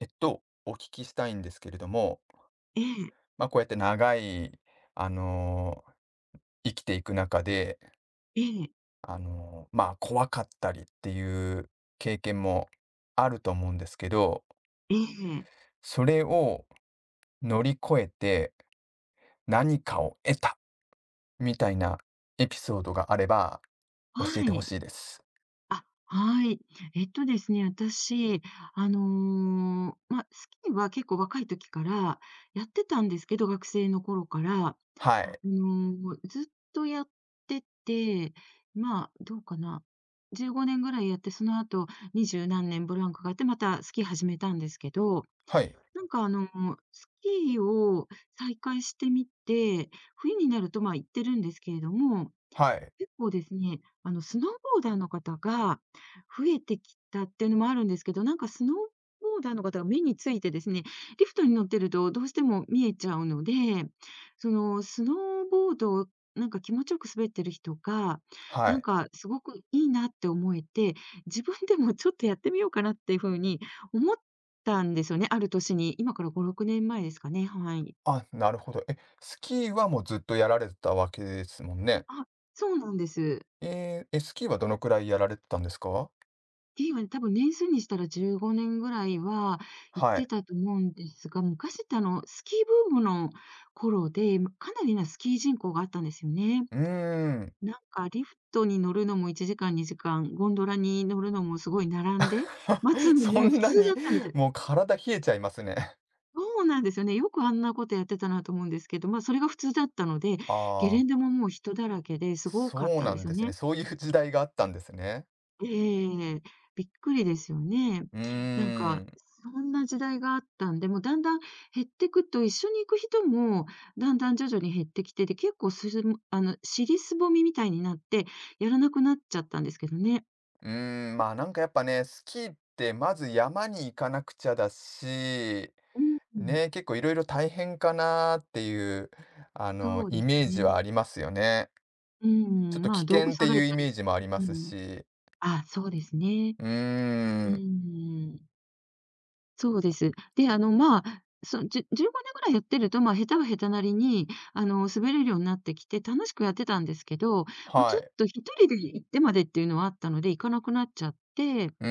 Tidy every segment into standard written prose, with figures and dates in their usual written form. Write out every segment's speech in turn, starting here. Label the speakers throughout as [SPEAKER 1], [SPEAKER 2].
[SPEAKER 1] お聞きしたいんですけれども、
[SPEAKER 2] ええ、
[SPEAKER 1] まあ、こうやって長い、あのー生きていく中で、
[SPEAKER 2] ええ、
[SPEAKER 1] まあ、怖かったりっていう経験もあると思うんですけど、
[SPEAKER 2] ええ、
[SPEAKER 1] それを乗り越えて何かを得たみたいなエピソードがあれば教え
[SPEAKER 2] は
[SPEAKER 1] てほ
[SPEAKER 2] い。
[SPEAKER 1] しいです。
[SPEAKER 2] あ、はい。えっとですね、私、まあ、スキーは結構若い時からやってたんですけど、学生の頃から、
[SPEAKER 1] はい。
[SPEAKER 2] ずっとやってて、まあ、どうかな、15年ぐらいやって、その後二十何年ブランクがあって、またスキー始めたんですけど、
[SPEAKER 1] はい。
[SPEAKER 2] なんか、スキーを再開してみて、冬になると、ま、行ってるんですけれども、
[SPEAKER 1] はい。
[SPEAKER 2] 結構ですね、スノーボーダーの方が増えてきたっていうのもあるんですけど、なんかスノーボーダーの方が目についてですね、リフトに乗ってるとどうしても見えちゃうので、そのスノーボードをなんか気持ちよく滑ってる人が、
[SPEAKER 1] は
[SPEAKER 2] なん
[SPEAKER 1] い。
[SPEAKER 2] かすごくいいなって思えて、自分でもちょっとやってみようかなっていうふうに思ったんですよね、ある年に。今から5、6年前ですかね、はい。
[SPEAKER 1] あ、なるほど。え、スキーはもうずっとやられてたわけですもんね。
[SPEAKER 2] あ、そうなんです。
[SPEAKER 1] えーえ、スキーはどのくらいやられてたんですか。
[SPEAKER 2] っていうかね、多分年数にしたら15年ぐらいは行っ
[SPEAKER 1] は
[SPEAKER 2] て
[SPEAKER 1] い。
[SPEAKER 2] たと思うんですが、昔ってスキーブームの頃で、ま、かなりなスキー人口があったんですよね。
[SPEAKER 1] うーん。
[SPEAKER 2] なんかリフトに乗るのも1時間、2時間、ゴンドラに乗るのもすごい並んで、待 つの
[SPEAKER 1] そ
[SPEAKER 2] も普
[SPEAKER 1] んな
[SPEAKER 2] 通
[SPEAKER 1] に、
[SPEAKER 2] だったみたい。
[SPEAKER 1] もう体冷えちゃいますね。
[SPEAKER 2] そうなんですよね。よくあんなことやってたなと思うんですけど、ま、それが普通だったので、ゲレ
[SPEAKER 1] あ
[SPEAKER 2] ン
[SPEAKER 1] あ、
[SPEAKER 2] デももう人だらけですごかっ
[SPEAKER 1] そう
[SPEAKER 2] たん
[SPEAKER 1] な
[SPEAKER 2] で
[SPEAKER 1] ん
[SPEAKER 2] すよ
[SPEAKER 1] ですね。
[SPEAKER 2] ね。
[SPEAKER 1] そういう時代があったんですね。
[SPEAKER 2] ええ、びっくりですよね。
[SPEAKER 1] う
[SPEAKER 2] なん
[SPEAKER 1] ー
[SPEAKER 2] か、
[SPEAKER 1] ん。
[SPEAKER 2] そんな時代があったんで、もうだんだん減ってくと、一緒に行く人もだんだん徐々に減ってきて、で、結構すすむ尻すぼみみたいになって、やらなくなっちゃったんですけどね。
[SPEAKER 1] うーん、まあ、なんかやっぱね、スキーってまず山に行かなくちゃだし、
[SPEAKER 2] うん、
[SPEAKER 1] ね、結構いろいろ大変かなっていう、あの、
[SPEAKER 2] そう
[SPEAKER 1] イ
[SPEAKER 2] です
[SPEAKER 1] メージ
[SPEAKER 2] ね。
[SPEAKER 1] はありますよね。
[SPEAKER 2] う
[SPEAKER 1] ちょっ
[SPEAKER 2] ん、
[SPEAKER 1] と
[SPEAKER 2] ま
[SPEAKER 1] 危
[SPEAKER 2] あ、道具
[SPEAKER 1] 険って
[SPEAKER 2] 揃
[SPEAKER 1] い
[SPEAKER 2] え
[SPEAKER 1] うイ
[SPEAKER 2] たり
[SPEAKER 1] メー
[SPEAKER 2] と
[SPEAKER 1] ジもありま
[SPEAKER 2] かね、
[SPEAKER 1] す
[SPEAKER 2] うん。
[SPEAKER 1] し。
[SPEAKER 2] あ、そうですね。
[SPEAKER 1] うー
[SPEAKER 2] う
[SPEAKER 1] ん、
[SPEAKER 2] ん。そうです。で、まあ、そじゅ15年ぐらいやってると、まあ、下手は下手なりに、滑れるようになってきて、楽しくやってたんですけど、まあ、
[SPEAKER 1] は
[SPEAKER 2] ちょっ
[SPEAKER 1] い。
[SPEAKER 2] と一人で行ってまでっていうのはあったので、行かなくなっちゃって、で、
[SPEAKER 1] うー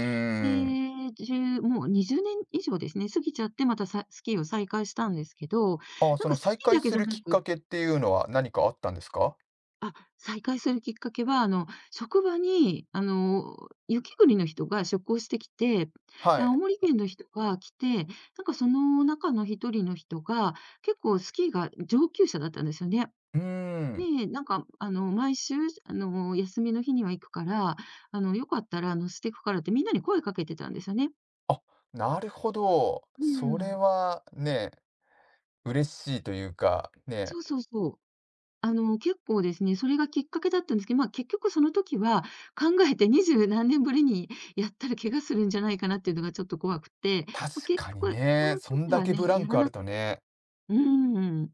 [SPEAKER 1] ん。
[SPEAKER 2] じゅうもう20年以上ですね、過ぎちゃって、またさスキーを再開したんですけど、
[SPEAKER 1] ああ、
[SPEAKER 2] な
[SPEAKER 1] そ
[SPEAKER 2] ん
[SPEAKER 1] の
[SPEAKER 2] かスキ
[SPEAKER 1] 再
[SPEAKER 2] ー
[SPEAKER 1] 開
[SPEAKER 2] だけ
[SPEAKER 1] す
[SPEAKER 2] じゃ
[SPEAKER 1] る
[SPEAKER 2] な
[SPEAKER 1] きっ
[SPEAKER 2] くっ
[SPEAKER 1] かけっていうのは何かあったんですか？
[SPEAKER 2] あ、再開するきっかけは、職場に、雪国の人が出向してきて、で、
[SPEAKER 1] は
[SPEAKER 2] 青
[SPEAKER 1] い。
[SPEAKER 2] 森県の人が来て、なんかその中の一人の人が、結構スキーが上級者だったんですよね。
[SPEAKER 1] うーん。
[SPEAKER 2] で、なんか、毎週、休みの日には行くから、よかったら乗せてくからってみんなに声かけてたんですよね。
[SPEAKER 1] あ、なるほど。
[SPEAKER 2] う
[SPEAKER 1] それ
[SPEAKER 2] ん。
[SPEAKER 1] はね、嬉しいというか、
[SPEAKER 2] そ
[SPEAKER 1] ね、
[SPEAKER 2] うそうそう。結構ですね、それがきっかけだったんですけど、まあ、結局その時は考えて二十何年ぶりにやったら怪我するんじゃないかなっていうのがちょっと怖くて、
[SPEAKER 1] 確
[SPEAKER 2] まあ、結
[SPEAKER 1] かに
[SPEAKER 2] 局そ
[SPEAKER 1] ね、
[SPEAKER 2] の
[SPEAKER 1] そん
[SPEAKER 2] 時
[SPEAKER 1] だ
[SPEAKER 2] は
[SPEAKER 1] け
[SPEAKER 2] ね、
[SPEAKER 1] ブラン
[SPEAKER 2] や
[SPEAKER 1] ク
[SPEAKER 2] ら
[SPEAKER 1] あ
[SPEAKER 2] な
[SPEAKER 1] るとね。
[SPEAKER 2] うーん、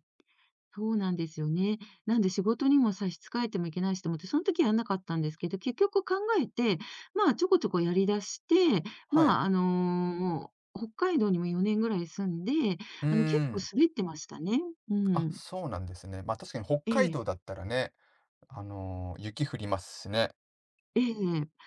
[SPEAKER 2] そうなんですよね。なんで仕事にも差し支えてもいけないしと思って、その時やんなかったんですけど、結局考えて、まあ、ちょこちょこやり出して、
[SPEAKER 1] はい。
[SPEAKER 2] まあ、北海道にも4年ぐらい住んで、
[SPEAKER 1] うー
[SPEAKER 2] 結構
[SPEAKER 1] ん。
[SPEAKER 2] 滑ってましたね。う
[SPEAKER 1] あ、
[SPEAKER 2] ん。
[SPEAKER 1] そうなんですね。ま、あ確かに北
[SPEAKER 2] え
[SPEAKER 1] 海
[SPEAKER 2] え
[SPEAKER 1] 道だったらね、あの、雪降りますしね。
[SPEAKER 2] ええ、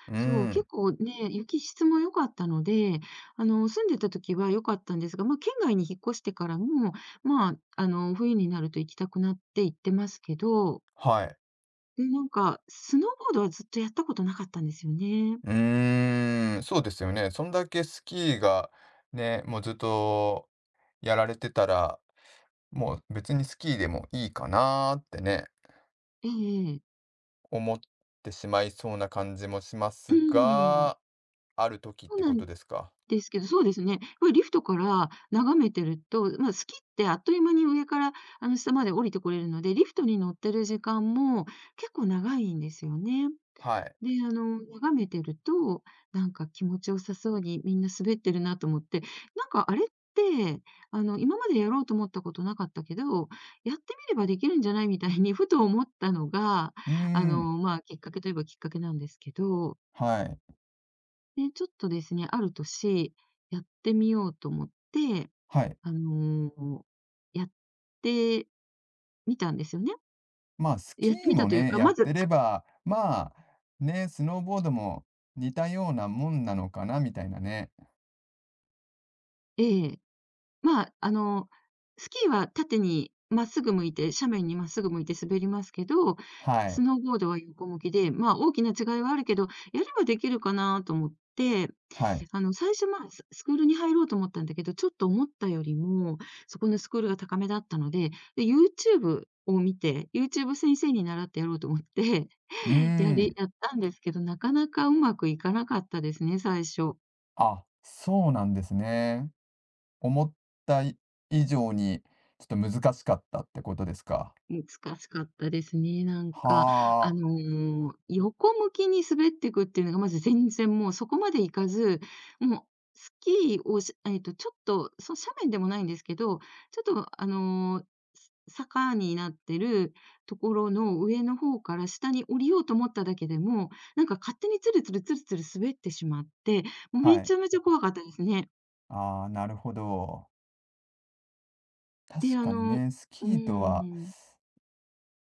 [SPEAKER 1] う
[SPEAKER 2] そう、
[SPEAKER 1] ーん。
[SPEAKER 2] 結構ね、雪質も良かったので、住んでた時は良かったんですが、まあ、県外に引っ越してからも、まあ、冬になると行きたくなって行ってますけど、
[SPEAKER 1] はい。
[SPEAKER 2] で、なんか、スノーボードはずっとやったことなかったんですよね。
[SPEAKER 1] うーん、そうですよね。そんだけスキーがね、もうずっとやられてたらもう別にスキーでもいいかなーってね、
[SPEAKER 2] ええ、
[SPEAKER 1] 思ってしまいそうな感じもしま
[SPEAKER 2] う
[SPEAKER 1] す
[SPEAKER 2] ん。
[SPEAKER 1] が、ある時っ
[SPEAKER 2] そう
[SPEAKER 1] て
[SPEAKER 2] な
[SPEAKER 1] こ
[SPEAKER 2] ん
[SPEAKER 1] とですか。
[SPEAKER 2] ですけど、そうですね。これリフトから眺めてると、まあ、スキーってあっという間に上から、下まで降りてこれるので、リフトに乗ってる時間も結構長いんですよね。
[SPEAKER 1] はい。
[SPEAKER 2] で、眺めてると、なんか気持ち良さそうにみんな滑ってるなと思って、なんかあれって、今までやろうと思ったことなかったけど、やってみればできるんじゃないみたいに ふと思ったのが、
[SPEAKER 1] うーん、
[SPEAKER 2] まあ、きっかけといえばきっかけなんですけど、
[SPEAKER 1] はい、
[SPEAKER 2] で、ちょっとですね、ある年、やってみようと思って、
[SPEAKER 1] はい。
[SPEAKER 2] あの、やってみたんですよね。
[SPEAKER 1] まあ、スキ
[SPEAKER 2] やって
[SPEAKER 1] ー
[SPEAKER 2] み
[SPEAKER 1] も
[SPEAKER 2] たという
[SPEAKER 1] ね、
[SPEAKER 2] か、
[SPEAKER 1] やっ
[SPEAKER 2] ま
[SPEAKER 1] て
[SPEAKER 2] ず、
[SPEAKER 1] れば、まあ、ね、スノーボードも似たようなもんなのかなみたいなね。
[SPEAKER 2] ええ、まあ、スキーは縦にまっすぐ向いて、斜面にまっすぐ向いて滑りますけど、
[SPEAKER 1] はい、
[SPEAKER 2] スノーボードは横向きで、まあ、大きな違いはあるけど、やればできるかなと思って、
[SPEAKER 1] はい。
[SPEAKER 2] 最初、まあ、スクールに入ろうと思ったんだけど、ちょっと思ったよりも、そこのスクールが高めだったので、で、YouTube を見て、YouTube 先生に習ってやろうと思って、
[SPEAKER 1] うー ん。
[SPEAKER 2] やったんですけど、なかなかうまくいかなかったですね、最初。
[SPEAKER 1] あ、そうなんですね。思った以上に、ちょっと難しかったってことですか。
[SPEAKER 2] 難しかったですね。なんか、
[SPEAKER 1] は
[SPEAKER 2] 横向きに滑っていくっていうのが、まず全然もうそこまで行かず、もうスキーをしちょっと、その斜面でもないんですけど、ちょっと、坂になってるところの上の方から下に降りようと思っただけでも、なんか勝手にツルツルツルツル滑ってしまって、もう
[SPEAKER 1] あ、は
[SPEAKER 2] めち
[SPEAKER 1] い。
[SPEAKER 2] ゃめちゃ怖かったですね。
[SPEAKER 1] ああ、なるほど。
[SPEAKER 2] で、
[SPEAKER 1] 確かにね、スキ
[SPEAKER 2] う
[SPEAKER 1] ーとは、
[SPEAKER 2] ん。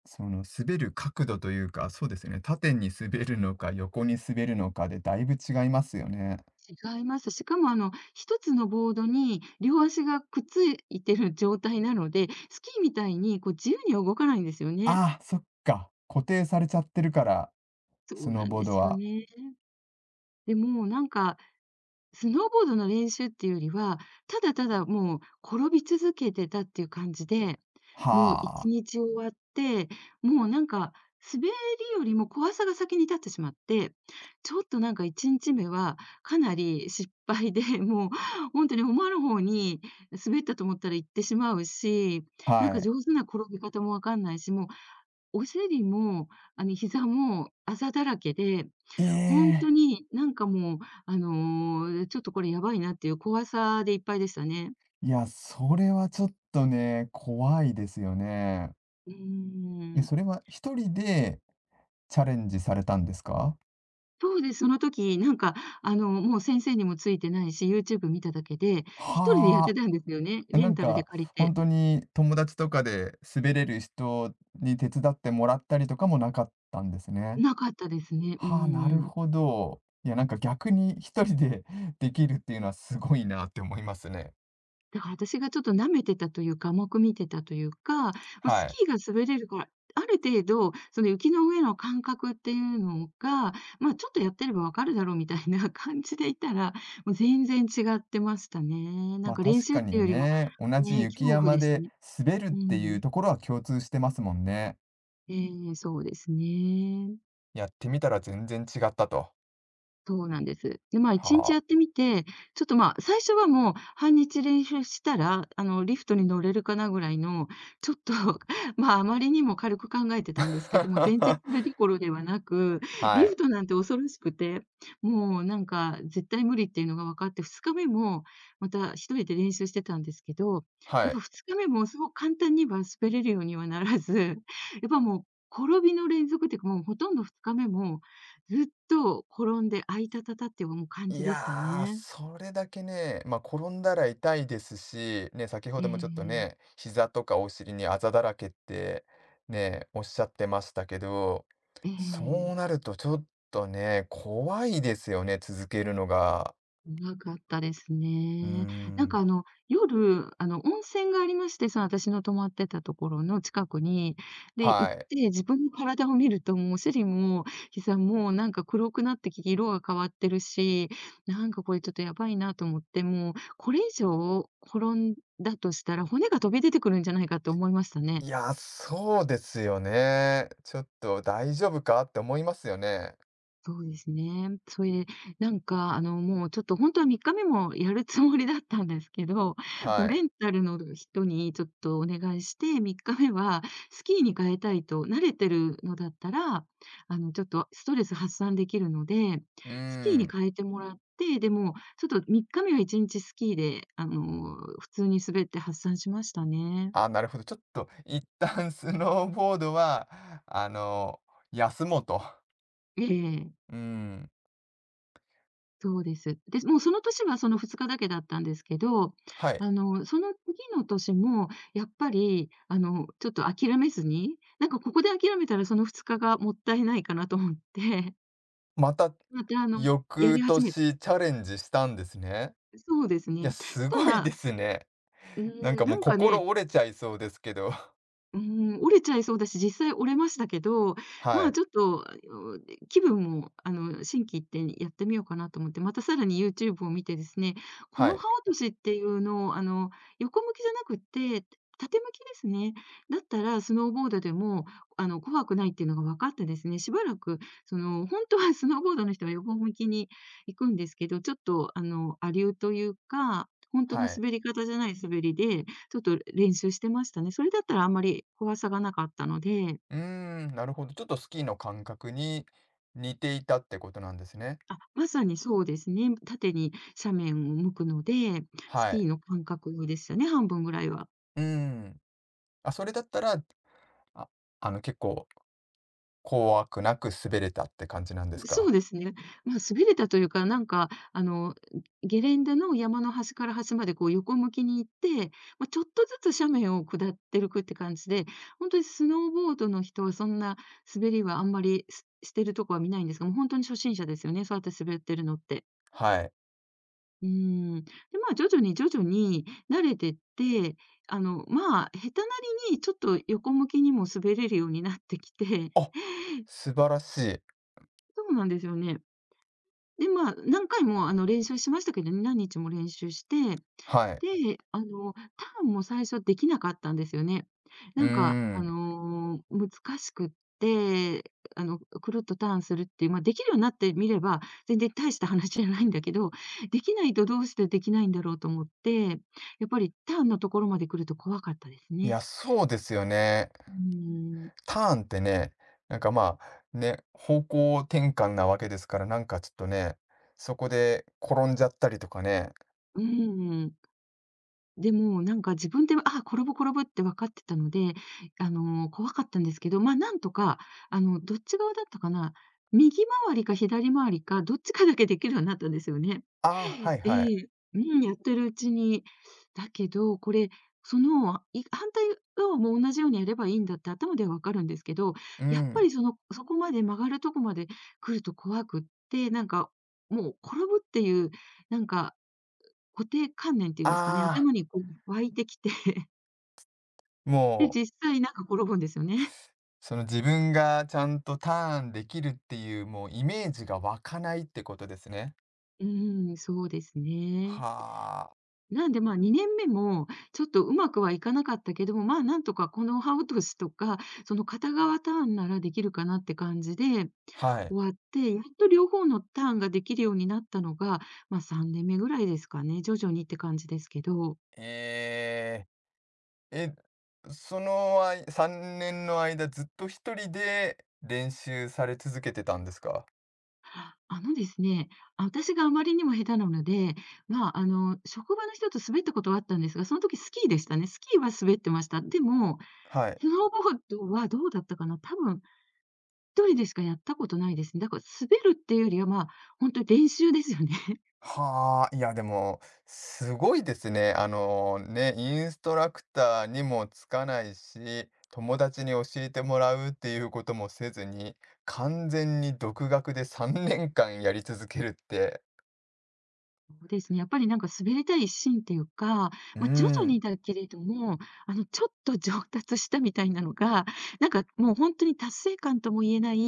[SPEAKER 1] その滑る角度というか、そうですよね、縦に滑るのか横に滑るのかでだいぶ違いますよね。
[SPEAKER 2] 違います。しかも一つのボードに両足がくっついてる状態なので、スキーみたいにこう自由には動かないんですよね。
[SPEAKER 1] ああ、そっか。固定されちゃってるから、
[SPEAKER 2] そ
[SPEAKER 1] ス
[SPEAKER 2] う
[SPEAKER 1] ノー
[SPEAKER 2] なん
[SPEAKER 1] ボ
[SPEAKER 2] で
[SPEAKER 1] ード
[SPEAKER 2] すよ
[SPEAKER 1] は。
[SPEAKER 2] ね。でもなんかスノーボードの練習っていうよりは、ただただもう転び続けてたっていう感じで、もう
[SPEAKER 1] は
[SPEAKER 2] 1日終わって、もうなんか滑りよりも怖さが先に立ってしまって、ちょっとなんか1日目はかなり失敗で、もう本当に思わぬ方に滑ったと思ったら行ってしまうし、
[SPEAKER 1] あ、
[SPEAKER 2] なん
[SPEAKER 1] は
[SPEAKER 2] か
[SPEAKER 1] い。
[SPEAKER 2] 上手な転び方もわかんないし、もうお尻も、膝もあざだらけで、
[SPEAKER 1] え
[SPEAKER 2] ほんと
[SPEAKER 1] え、
[SPEAKER 2] になんかもう、ちょっとこれやばいなっていう怖さでいっぱいでしたね。
[SPEAKER 1] いや、それはちょっとね、怖いですよね。
[SPEAKER 2] うー
[SPEAKER 1] え、
[SPEAKER 2] ん。
[SPEAKER 1] それは一人でチャレンジされたんですか？
[SPEAKER 2] そうです、その時、なんか、もう先生にもついてないし、YouTube 見ただけで、一人でやって
[SPEAKER 1] はあ。
[SPEAKER 2] たんですよね、レ
[SPEAKER 1] な
[SPEAKER 2] ン
[SPEAKER 1] ん
[SPEAKER 2] タルで
[SPEAKER 1] か、
[SPEAKER 2] 借りて。
[SPEAKER 1] 本当に友達とかで滑れる人に手伝ってもらったりとかもなかったんですね。
[SPEAKER 2] なかったですね、うー
[SPEAKER 1] はあ、なる
[SPEAKER 2] ん。
[SPEAKER 1] ほど。いや、なんか逆に一人で できるっていうのはすごいなって思いますね。
[SPEAKER 2] だから私がちょっと舐めてたというか、甘く見てたというか、ま、ス
[SPEAKER 1] はい。
[SPEAKER 2] キーが滑れるから、ある程度、その雪の上の感覚っていうのが、ま、ちょっとやってればわかるだろうみたいな感じでいたら、もう全然違ってましたね。な
[SPEAKER 1] ま、
[SPEAKER 2] ん
[SPEAKER 1] あ
[SPEAKER 2] か練
[SPEAKER 1] 確
[SPEAKER 2] 習
[SPEAKER 1] か
[SPEAKER 2] って
[SPEAKER 1] に
[SPEAKER 2] いうよりも、
[SPEAKER 1] ね、同じ
[SPEAKER 2] ね、
[SPEAKER 1] 雪
[SPEAKER 2] 恐怖
[SPEAKER 1] 山
[SPEAKER 2] です
[SPEAKER 1] で
[SPEAKER 2] ね。
[SPEAKER 1] 滑るっ
[SPEAKER 2] う
[SPEAKER 1] ていう
[SPEAKER 2] ん。
[SPEAKER 1] ところは共通してますもんね。
[SPEAKER 2] ええ、そうですね。
[SPEAKER 1] やってみたら全然違ったと。
[SPEAKER 2] そうなんです。で、まあ、1日
[SPEAKER 1] は
[SPEAKER 2] やっ
[SPEAKER 1] あ。
[SPEAKER 2] てみて、ちょっと、まあ、最初はもう半日練習したら、リフトに乗れるかなぐらいの、ちょっと まあ、あまりにも軽く考えてたんですけども、全然そ れどころではなく、
[SPEAKER 1] は
[SPEAKER 2] リフ
[SPEAKER 1] い。
[SPEAKER 2] トなんて恐ろしくて、もうなんか絶対無理っていうのが分かって、2日目もまた1人で練習してたんですけど、や
[SPEAKER 1] は
[SPEAKER 2] っ
[SPEAKER 1] い。
[SPEAKER 2] ぱ2日目もすごく簡単には滑れるようにはならず、やっぱもう転びの連続っていうか、もうほとんど2日目もずっと転んで、あいたたたっていう、感
[SPEAKER 1] い
[SPEAKER 2] じでした
[SPEAKER 1] やー、
[SPEAKER 2] ね。
[SPEAKER 1] それだけね、ま、あ転んだら痛いですし、ね、先ほ
[SPEAKER 2] え
[SPEAKER 1] どもちょっと
[SPEAKER 2] え、
[SPEAKER 1] ね、膝とかお尻にあざだらけってね、おっしゃってましたけど、
[SPEAKER 2] え
[SPEAKER 1] そ
[SPEAKER 2] え、
[SPEAKER 1] うなるとちょっとね、怖いですよね、続けるのが。
[SPEAKER 2] 長かったです
[SPEAKER 1] うー
[SPEAKER 2] ね。
[SPEAKER 1] ん、
[SPEAKER 2] 夜、温泉がありまして、その私の泊まってたところの近くに、で、行っ
[SPEAKER 1] はい。
[SPEAKER 2] て、自分の体を見ると、もうお尻も膝もなんか黒くなってきて、色が変わってるし、なんかこれちょっとやばいなと思って、もうこれ以上転んだとしたら、骨が飛び出てくるんじゃないかと思いましたね。
[SPEAKER 1] いやー、そうですよね。ちょっと大丈夫かって思いますよね。
[SPEAKER 2] そうですね。それで、もうちょっと本当は3日目もやるつもりだったんですけど、も
[SPEAKER 1] は
[SPEAKER 2] う
[SPEAKER 1] い。
[SPEAKER 2] レンタルの人にちょっとお願いして、3日目はスキーに変えたいと、慣れてるのだったら、ちょっとストレス発散できるので、
[SPEAKER 1] うー
[SPEAKER 2] スキーに
[SPEAKER 1] ん。
[SPEAKER 2] 変えてもらって、でも、ちょっと3日目は1日スキーで、普通に滑って発散しましたね。
[SPEAKER 1] あ、なるほど。ちょっと一旦スノーボードは、あの、休もうと。
[SPEAKER 2] ええ。
[SPEAKER 1] うん、
[SPEAKER 2] そうです。で、もうその年はその2日だけだったんですけど、
[SPEAKER 1] はい。
[SPEAKER 2] その次の年もやっぱり、ちょっと諦めずに、なんかここで諦めたらその2日がもったいないかなと思って、
[SPEAKER 1] また、
[SPEAKER 2] またやり
[SPEAKER 1] 翌
[SPEAKER 2] 始めた。
[SPEAKER 1] 年チャレンジしたんですね。
[SPEAKER 2] そうです
[SPEAKER 1] い
[SPEAKER 2] ね。
[SPEAKER 1] や、
[SPEAKER 2] し
[SPEAKER 1] す
[SPEAKER 2] た
[SPEAKER 1] ごいで
[SPEAKER 2] ら、
[SPEAKER 1] すね。
[SPEAKER 2] う
[SPEAKER 1] な
[SPEAKER 2] ー
[SPEAKER 1] ん
[SPEAKER 2] ん、
[SPEAKER 1] かも
[SPEAKER 2] な
[SPEAKER 1] う
[SPEAKER 2] んか
[SPEAKER 1] 心
[SPEAKER 2] ね、
[SPEAKER 1] 折れちゃいそうですけど。
[SPEAKER 2] うーん、折れちゃいそうだし、実際折れましたけど、
[SPEAKER 1] は
[SPEAKER 2] まあ、
[SPEAKER 1] い。
[SPEAKER 2] ちょっと、で気分も、心機一転やってみようかなと思って、またさらに YouTube を見てですね、こ
[SPEAKER 1] は
[SPEAKER 2] の刃
[SPEAKER 1] い。
[SPEAKER 2] 落としっていうのを、横向きじゃなくって、縦向きですね。だったらスノーボードでも、怖くないっていうのが分かってですね、しばらく、その、ほんとはスノーボードの人は横向きに行くんですけど、ちょっと、亜流というか、ほんとの
[SPEAKER 1] はい。
[SPEAKER 2] 滑り方じゃない滑りでちょっと練習してましたね。それだったらあんまり怖さがなかったので、
[SPEAKER 1] うーん、なるほど。ちょっとスキーの感覚に似ていたってことなんですね。
[SPEAKER 2] あ、まさにそうですね。縦に斜面を向くので、ス
[SPEAKER 1] は
[SPEAKER 2] キ
[SPEAKER 1] い。
[SPEAKER 2] ーの感覚でしたね、半分ぐらいは。
[SPEAKER 1] うーん。あ、それだったら、あ、あの、結構怖くなく滑れたって感じなんです
[SPEAKER 2] そう
[SPEAKER 1] か？
[SPEAKER 2] ですね。まあ、滑れたというか、ゲレンデの山の端から端までこう横向きに行って、まあ、ちょっとずつ斜面を下ってるくって感じで、本当にスノーボードの人はそんな滑りはあんまり、ししてるとこは見ないんですが、もう本当に初心者ですよね、そうやって滑ってるのって。
[SPEAKER 1] はい。
[SPEAKER 2] うーん。で、まあ、徐々に徐々に慣れてって、下手なりにちょっと横向きにも滑れるようになってきて、
[SPEAKER 1] あ、素晴らしい。
[SPEAKER 2] そうなんですよね。で、まあ、何回も、練習しましたけどね、何日も練習して、
[SPEAKER 1] はい。
[SPEAKER 2] で、ターンも最初できなかったんですよね。
[SPEAKER 1] うーん。
[SPEAKER 2] 難しくって、くるっとターンするっていう、まあ、できるようになってみれば、全然大した話じゃないんだけど、できないとどうしてできないんだろうと思って、やっぱりターンのところまで来ると怖かったです
[SPEAKER 1] いや、
[SPEAKER 2] ね。
[SPEAKER 1] そうですよね。
[SPEAKER 2] うん。
[SPEAKER 1] ターンってね、なんかまあ、ね、方向転換なわけですから、なんかちょっとね、そこで転んじゃったりとかね。
[SPEAKER 2] うーん。でも、なんか自分で、あ転ぶ転ぶって分かってたので、怖かったんですけど、まあ、なんとか、どっち側だったかな、右回りか左回りか、どっちかだけできるようになったんですよね。
[SPEAKER 1] ああ、はい
[SPEAKER 2] え
[SPEAKER 1] はい。
[SPEAKER 2] え、うん、やってるうちに。だけど、これ、その、い反対側も同じようにやればいいんだって頭では分かるんですけど、
[SPEAKER 1] う
[SPEAKER 2] やっぱ
[SPEAKER 1] ん。
[SPEAKER 2] りその、そこまで曲がるとこまで来ると怖くって、なんか、もう転ぶっていう、なんか固定観念っていうんですかね、
[SPEAKER 1] ああ、
[SPEAKER 2] 頭にこう湧いてきて、で、
[SPEAKER 1] もう、
[SPEAKER 2] 実際なんか転ぶんですよね。
[SPEAKER 1] その自分がちゃんとターンできるっていう、もうイメージが湧かないってことですね。
[SPEAKER 2] うーん、そうですね。
[SPEAKER 1] はあ。
[SPEAKER 2] なんで、まあ、2年目もちょっとうまくはいかなかったけども、まあ、なんとかこの歯落としとか、その片側ターンならできるかなって感じで終
[SPEAKER 1] はい。
[SPEAKER 2] わって、やっと両方のターンができるようになったのが、まあ、3年目ぐらいですかね。徐々にって感じですけど。
[SPEAKER 1] ええ。え、そのあい3年の間、ずっと一人で練習され続けてたんですか？
[SPEAKER 2] あのですね、あ、私があまりにも下手なので、まあ、職場の人と滑ったことはあったんですが、その時スキーでしたね。スキーは滑ってました。でも、
[SPEAKER 1] はい。
[SPEAKER 2] スノーボードはどうだったかな、多分一人でしかやったことないですね。だから滑るっていうよりは、まあ、本当に練習ですよね。
[SPEAKER 1] はあ、いや、でも、すごいですね。あの、ね、インストラクターにもつかないし、友達に教えてもらうっていうこともせずに、完全に独学で3年間やり続けるって、
[SPEAKER 2] そうですね。やっぱりなんか滑りたい一心っていうか、
[SPEAKER 1] うー
[SPEAKER 2] まあ、徐々に
[SPEAKER 1] ん、
[SPEAKER 2] だけれども、ちょっと上達したみたいなのが、なんかもう本当に達成感とも言えない、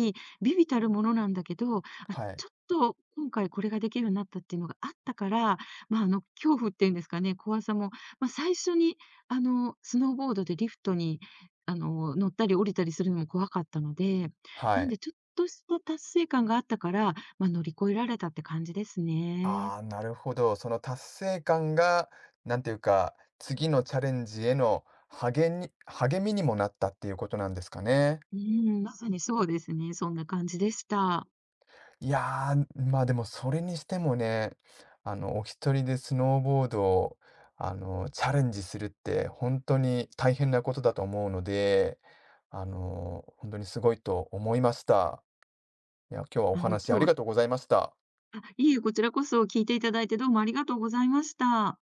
[SPEAKER 2] 微々たるものなんだけど、あ、
[SPEAKER 1] はい、
[SPEAKER 2] ちょっと今回これができるようになったっていうのがあったから、まあ、恐怖っていうんですかね、怖さも、まあ、最初にスノーボードでリフトに、乗ったり降りたりするのも怖かったので、
[SPEAKER 1] は
[SPEAKER 2] なん
[SPEAKER 1] い。
[SPEAKER 2] でちょっとした達成感があったから、まあ、乗り越えられたって感じですね。
[SPEAKER 1] ああ、なるほど。その達成感が、なんていうか、次のチャレンジへの励みにもなったっていうことなんですかね。
[SPEAKER 2] うーん、まさにそうですね。そんな感じでした。
[SPEAKER 1] いやー、まあ、でもそれにしてもね、あの、お一人でスノーボードを、あの、チャレンジするって本当に大変なことだと思うので、あの、本当にすごいと思いました。いや、今日はお
[SPEAKER 2] あの、
[SPEAKER 1] 話あ
[SPEAKER 2] 今日
[SPEAKER 1] りが
[SPEAKER 2] は
[SPEAKER 1] とうございました。
[SPEAKER 2] あ、いえ、こちらこそ聞いていただいてどうもありがとうございました。